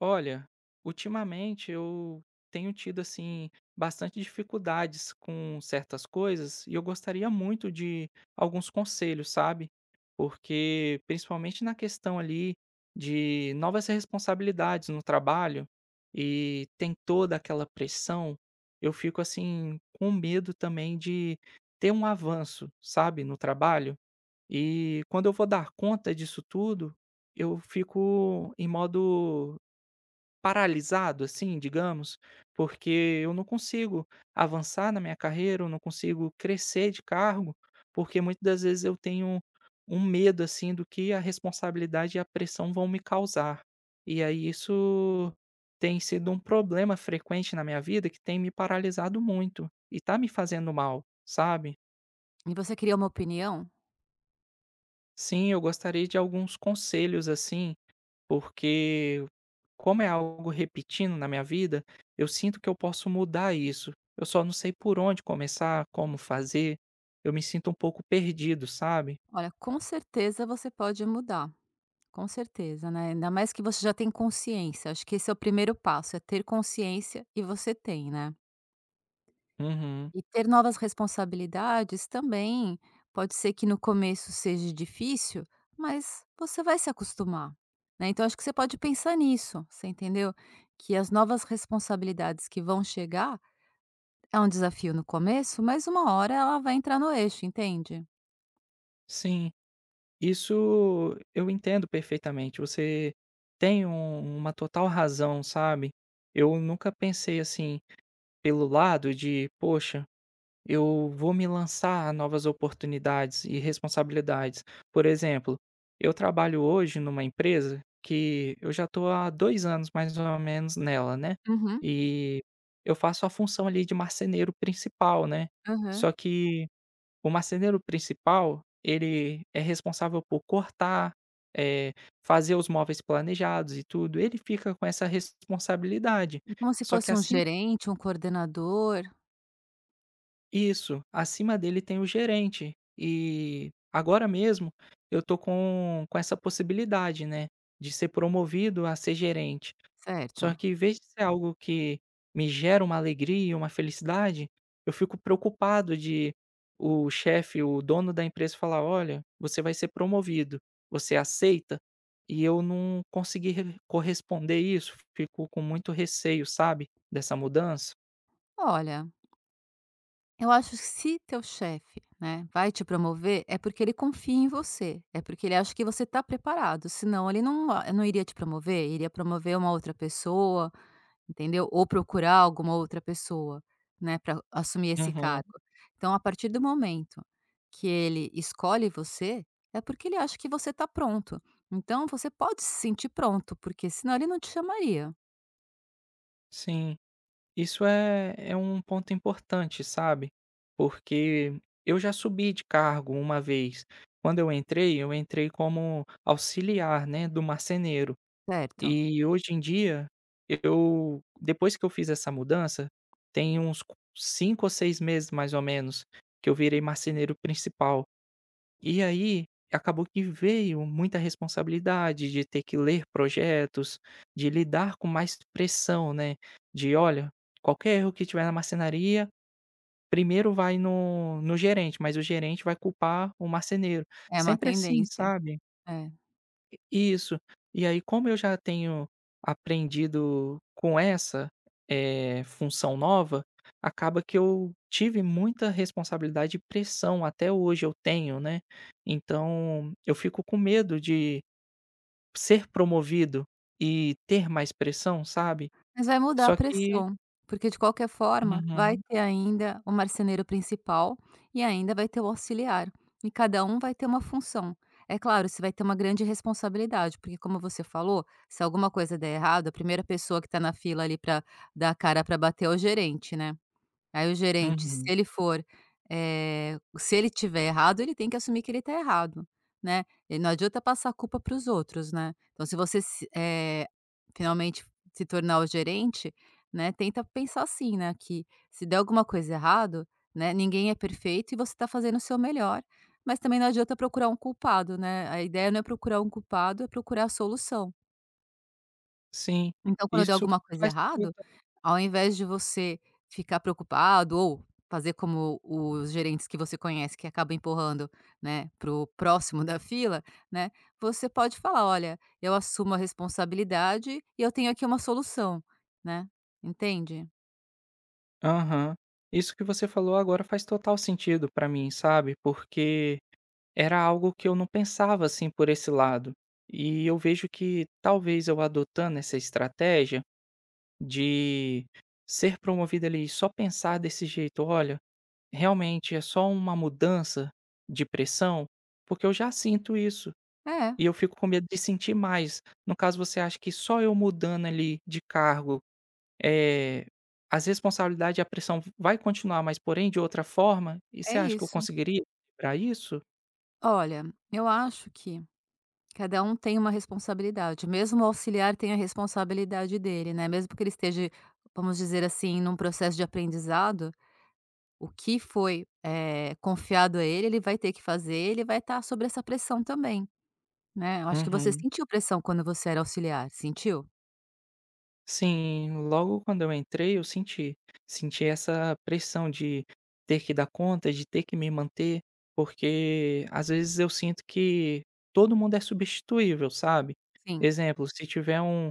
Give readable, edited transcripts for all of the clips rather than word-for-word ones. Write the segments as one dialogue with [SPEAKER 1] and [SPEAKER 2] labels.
[SPEAKER 1] Olha, ultimamente eu tenho tido assim bastante dificuldades com certas coisas e eu gostaria muito de alguns conselhos, sabe? Porque principalmente na questão ali de novas responsabilidades no trabalho e tem toda aquela pressão, eu fico assim com medo também de ter um avanço, sabe, no trabalho. E quando eu vou dar conta disso tudo, eu fico em modo paralisado, assim, digamos, porque eu não consigo avançar na minha carreira, eu não consigo crescer de cargo, porque muitas das vezes eu tenho um medo, assim, do que a responsabilidade e a pressão vão me causar. E aí isso tem sido um problema frequente na minha vida que tem me paralisado muito e tá me fazendo mal, sabe?
[SPEAKER 2] E você queria uma opinião?
[SPEAKER 1] Sim, eu gostaria de alguns conselhos, assim, porque como é algo repetindo na minha vida, eu sinto que eu posso mudar isso. Eu só não sei por onde começar, como fazer. Eu me sinto um pouco perdido, sabe?
[SPEAKER 2] Olha, com certeza você pode mudar, com certeza, né? Ainda mais que você já tem consciência. Acho que esse é o primeiro passo, é ter consciência e você tem, né?
[SPEAKER 1] Uhum.
[SPEAKER 2] E ter novas responsabilidades também pode ser que no começo seja difícil, mas você vai se acostumar, né? Então acho que você pode pensar nisso, você entendeu? Que as novas responsabilidades que vão chegar é um desafio no começo, mas uma hora ela vai entrar no eixo, entende?
[SPEAKER 1] Sim, isso eu entendo perfeitamente. Você tem uma total razão, sabe? Eu nunca pensei assim pelo lado de, poxa, eu vou me lançar a novas oportunidades e responsabilidades. Por exemplo, eu trabalho hoje numa empresa que eu já estou há 2 anos mais ou menos nela, né,
[SPEAKER 2] Uhum,
[SPEAKER 1] e eu faço a função ali de marceneiro principal, né.
[SPEAKER 2] aham.
[SPEAKER 1] Só que o marceneiro principal, ele é responsável por cortar, eh, fazer os móveis planejados e tudo, ele fica com essa responsabilidade.
[SPEAKER 2] É como se
[SPEAKER 1] Só que,
[SPEAKER 2] fosse um
[SPEAKER 1] assim,
[SPEAKER 2] gerente, um coordenador,
[SPEAKER 1] isso, acima dele tem o gerente. E agora mesmo eu tô com essa possibilidade, né, de ser promovido a ser gerente. Só
[SPEAKER 2] certo.
[SPEAKER 1] que em vez de ser algo que me gera uma alegria, uma felicidade, eu fico preocupado de o chefe, o dono da empresa falar: "Olha, você vai ser promovido, você aceita?" E eu não consegui re corresponder isso, fico com muito receio, sabe, dessa mudança.
[SPEAKER 2] Olha, eu acho que se teu chefe, né, vai te promover, é porque ele confia em você, é porque ele acha que você está preparado, senão ele não iria te promover, iria promover uma outra pessoa, entendeu, ou procurar alguma outra pessoa, né, para assumir esse
[SPEAKER 1] Uhum,
[SPEAKER 2] cargo. Então a partir do momento que ele escolhe você, é porque ele acha que você está pronto. Então você pode se sentir pronto, porque senão ele não te chamaria,
[SPEAKER 1] sim. Isso é um ponto importante, sabe, porque eu já subi de cargo uma vez. Quando eu entrei como auxiliar, né, do marceneiro.
[SPEAKER 2] certo?
[SPEAKER 1] E hoje em dia, eu depois que eu fiz essa mudança, tem uns 5 ou 6 meses mais ou menos, que eu virei marceneiro principal. E aí, acabou que veio muita responsabilidade de ter que ler projetos, de lidar com mais pressão, né, de: "Olha, qualquer erro que tiver na marcenaria, primeiro vai no gerente, mas o gerente vai culpar o marceneiro".
[SPEAKER 2] É uma
[SPEAKER 1] Sempre assim,
[SPEAKER 2] tendência,
[SPEAKER 1] sabe?
[SPEAKER 2] é.
[SPEAKER 1] Isso. E aí, como eu já tenho aprendido com essa, função nova, acaba que eu tive muita responsabilidade e pressão, até hoje eu tenho, né. Então, eu fico com medo de ser promovido e ter mais pressão, sabe.
[SPEAKER 2] Mas vai mudar a
[SPEAKER 1] Só que
[SPEAKER 2] pressão, porque de qualquer forma vai
[SPEAKER 1] uhum,
[SPEAKER 2] ter ainda o marceneiro principal e ainda vai ter o auxiliar, e cada um vai ter uma função. É claro, você vai ter uma grande responsabilidade, porque como você falou, se alguma coisa der errado, a primeira pessoa que está na fila ali para dar a cara para bater é o gerente, né. Aí o gerente, se
[SPEAKER 1] uhum.
[SPEAKER 2] ele for, se ele tiver errado, ele tem que assumir que ele está errado, né. E não adianta passar a culpa para os outros, né. Então se você se eh, finalmente se tornar o gerente, né, tenta pensar assim, né, que se der alguma coisa errado, né, ninguém é perfeito e você está fazendo o seu melhor, mas também não adianta procurar um culpado, né. A ideia não é procurar um culpado, é procurar a solução.
[SPEAKER 1] Sim,
[SPEAKER 2] Então, quando der
[SPEAKER 1] isso
[SPEAKER 2] alguma coisa
[SPEAKER 1] faz total.
[SPEAKER 2] errado, ao invés de você ficar preocupado ou fazer como os gerentes que você conhece que acaba empurrando, né, pro próximo da fila, né, você pode falar: "Olha, eu assumo a responsabilidade e eu tenho aqui uma solução", né, entende?
[SPEAKER 1] Aham. Isso que você falou agora faz total sentido pra mim, sabe, porque era algo que eu não pensava, assim, por esse lado. E eu vejo que talvez eu adotando essa estratégia de ser promovido ali e só pensar desse jeito, olha, realmente é só uma mudança de pressão, porque eu já sinto isso.
[SPEAKER 2] É,
[SPEAKER 1] E eu fico com medo de sentir mais. No caso, você acha que só eu mudando ali de cargo, eh, as responsabilidades e a pressão vai continuar, mas porém de outra forma? E
[SPEAKER 2] é
[SPEAKER 1] você acha que eu
[SPEAKER 2] isso.
[SPEAKER 1] conseguiria para isso?
[SPEAKER 2] Olha, eu acho que cada um tem uma responsabilidade, mesmo o auxiliar tem a responsabilidade dele, né, mesmo que ele esteja, vamos dizer assim, num processo de aprendizado. O que foi, confiado a ele, ele vai ter que fazer, ele vai estar sob essa pressão também, né. Eu acho que você
[SPEAKER 1] Uhum.
[SPEAKER 2] sentiu pressão quando você era auxiliar, sentiu?
[SPEAKER 1] Sim, logo quando eu entrei eu senti essa pressão de ter que dar conta, de ter que me manter, porque às vezes eu sinto que todo mundo é substituível, sabe.
[SPEAKER 2] Sim.
[SPEAKER 1] Exemplo, se tiver um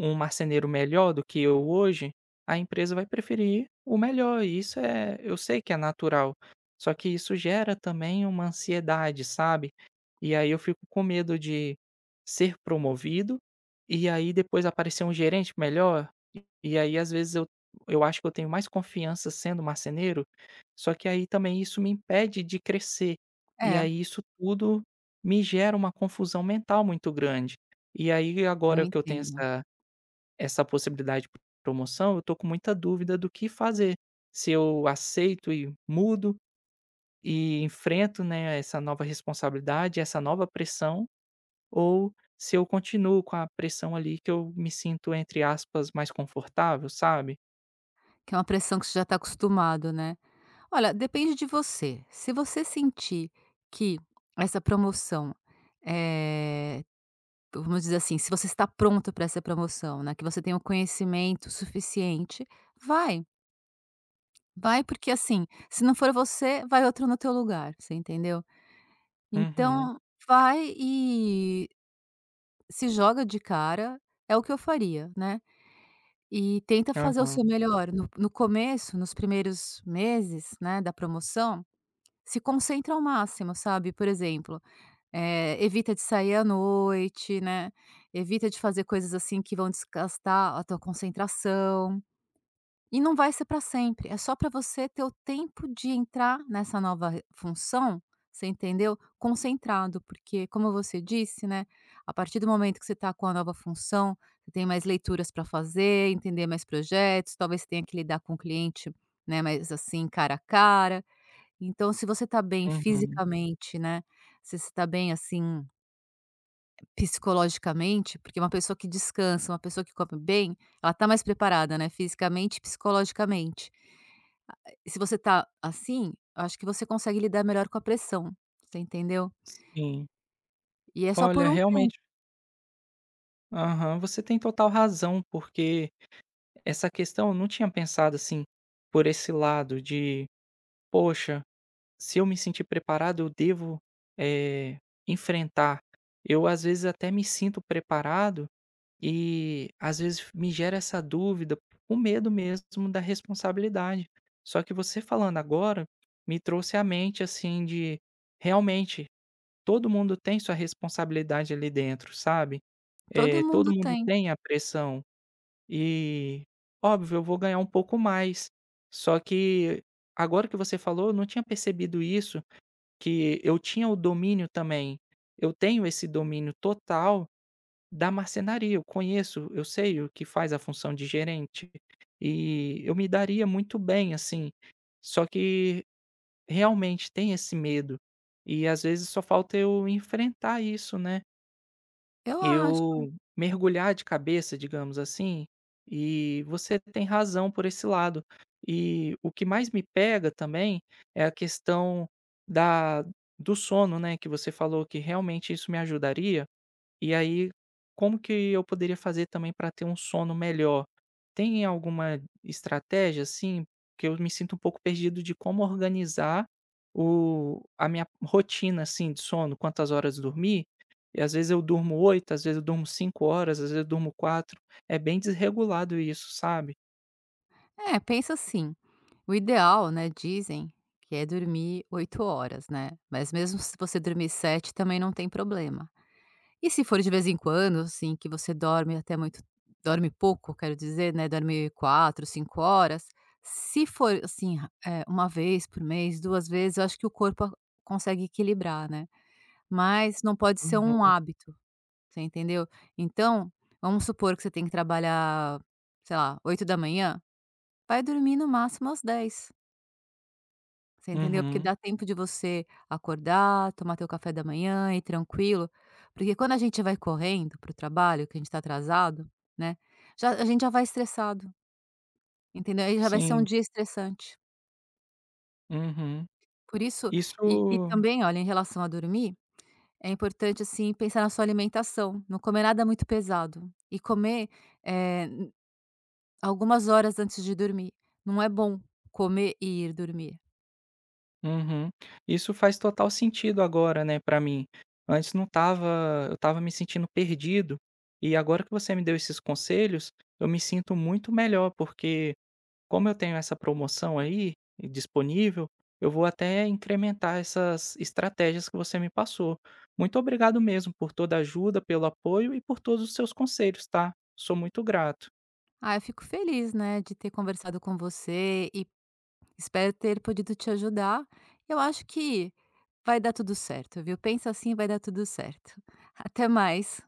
[SPEAKER 1] um marceneiro melhor do que eu hoje, a empresa vai preferir o melhor e isso é eu sei que é natural, só que isso gera também uma ansiedade, sabe. E aí eu fico com medo de ser promovido, e aí depois aparecer um gerente melhor, e aí às vezes eu acho que eu tenho mais confiança sendo marceneiro, só que aí também isso me impede de crescer, e
[SPEAKER 2] É,
[SPEAKER 1] aí isso tudo me gera uma confusão mental muito grande. E aí
[SPEAKER 2] eu
[SPEAKER 1] agora que eu tenho
[SPEAKER 2] entendo.
[SPEAKER 1] essa possibilidade de promoção, eu tô com muita dúvida do que fazer. Se eu aceito e mudo e enfrento, né, essa nova responsabilidade, essa nova pressão, ou se eu continuo com a pressão ali que eu me sinto, entre aspas, mais confortável, sabe?
[SPEAKER 2] Que é uma pressão que você já está acostumado, né. Olha, depende de você. Se você sentir que essa promoção, eh, vamos dizer assim, se você está pronto para essa promoção, né, que você tem o conhecimento suficiente, vai, vai porque, assim, se não for você, vai outro no teu lugar, você entendeu?
[SPEAKER 1] Uhum.
[SPEAKER 2] Então, vai e se joga de cara, é o que eu faria, né. E tenta fazer o
[SPEAKER 1] Aham.
[SPEAKER 2] seu melhor. No começo, nos primeiros meses, né, da promoção, se concentra ao máximo, sabe. Por exemplo, evita de sair à noite, né, evita de fazer coisas, assim, que vão desgastar a tua concentração. E não vai ser para sempre, é só para você ter o tempo de entrar nessa nova re função, você entendeu? Concentrado, porque como você disse, né, a partir do momento que você está com a nova função, você tem mais leituras para fazer, entender mais projetos, talvez você tenha que lidar com o cliente, né, mas assim, cara a cara. Então se você está bem
[SPEAKER 1] Uhum.
[SPEAKER 2] fisicamente, né, se você está bem, assim, psicologicamente, porque uma pessoa que descansa, uma pessoa que come bem, ela está mais preparada, né, fisicamente e psicologicamente. E se você tá assim, eu acho que você consegue lidar melhor com a pressão, você entendeu?
[SPEAKER 1] Sim.
[SPEAKER 2] E é só por
[SPEAKER 1] Olha,
[SPEAKER 2] um tempo,
[SPEAKER 1] realmente, aham, você tem total razão, porque essa questão eu não tinha pensado assim, por esse lado de: "Poxa". Se eu me sentir preparado, eu devo, eh, enfrentar. Eu, às vezes, até me sinto preparado e, às vezes, me gera essa dúvida, o medo mesmo da responsabilidade. Só que você falando agora, me trouxe à mente, assim, de realmente todo mundo tem sua responsabilidade ali dentro, sabe.
[SPEAKER 2] todo
[SPEAKER 1] Todo
[SPEAKER 2] mundo
[SPEAKER 1] mundo
[SPEAKER 2] tem.
[SPEAKER 1] tem a pressão e, óbvio, eu vou ganhar um pouco mais. Só que agora que você falou, eu não tinha percebido isso, que eu tinha o domínio também, eu tenho esse domínio total da marcenaria, eu conheço, eu sei o que faz a função de gerente, e eu me daria muito bem, assim. Só que realmente tem esse medo, e às vezes só falta eu enfrentar isso, né.
[SPEAKER 2] Eu acho.
[SPEAKER 1] Eu mergulhar de cabeça, digamos assim, e você tem razão por esse lado. E o que mais me pega também é a questão da do sono, né, que você falou que realmente isso me ajudaria. E aí, como que eu poderia fazer também para ter um sono melhor? Tem alguma estratégia, assim? Porque eu me sinto um pouco perdido de como organizar a minha rotina, assim, de sono, quantas horas dormir. E às vezes eu durmo oito, às vezes eu durmo 5 horas, às vezes eu durmo quatro. É bem desregulado isso, sabe?
[SPEAKER 2] É, pensa assim, o ideal, né, dizem que é dormir 8 horas, né, mas mesmo se você dormir 7, também não tem problema. E se for de vez em quando, assim, que você dorme até muito dorme pouco, quero dizer, né, dorme 4, 5 horas, se for, assim, uma vez por mês, 2 vezes, eu acho que o corpo a consegue equilibrar, né. Mas não pode ser um
[SPEAKER 1] Uhum,
[SPEAKER 2] hábito, você entendeu? Então, vamos supor que você tem que trabalhar, sei lá, 8 da manhã. Vai dormir no máximo às 10, você entendeu? Porque
[SPEAKER 1] uhum.
[SPEAKER 2] dá tempo de você acordar, tomar teu café da manhã, e ir tranquilo, porque quando a gente vai correndo para o trabalho, que a gente tá atrasado, né, já a gente já vai estressado, entendeu? Aí já vai ser um
[SPEAKER 1] Sim,
[SPEAKER 2] dia estressante.
[SPEAKER 1] uhum.
[SPEAKER 2] Por isso
[SPEAKER 1] Isso.
[SPEAKER 2] e também, olha, em relação a dormir, é importante, assim, pensar na sua alimentação, não comer nada muito pesado e comer, eh, n algumas horas antes de dormir. Não é bom comer e ir dormir.
[SPEAKER 1] Uhum. Isso faz total sentido agora, né, pra mim. Antes não tava, eu tava me sentindo perdido, e agora que você me deu esses conselhos, eu me sinto muito melhor, porque como eu tenho essa promoção aí e disponível, eu vou até incrementar essas estratégias que você me passou. Muito obrigado mesmo por toda a ajuda, pelo apoio e por todos os seus conselhos, tá? Sou muito grato.
[SPEAKER 2] Ah, eu fico feliz, né, de ter conversado com você e espero ter podido te ajudar. Eu acho que vai dar tudo certo, viu. Pensa assim, vai dar tudo certo. Até mais.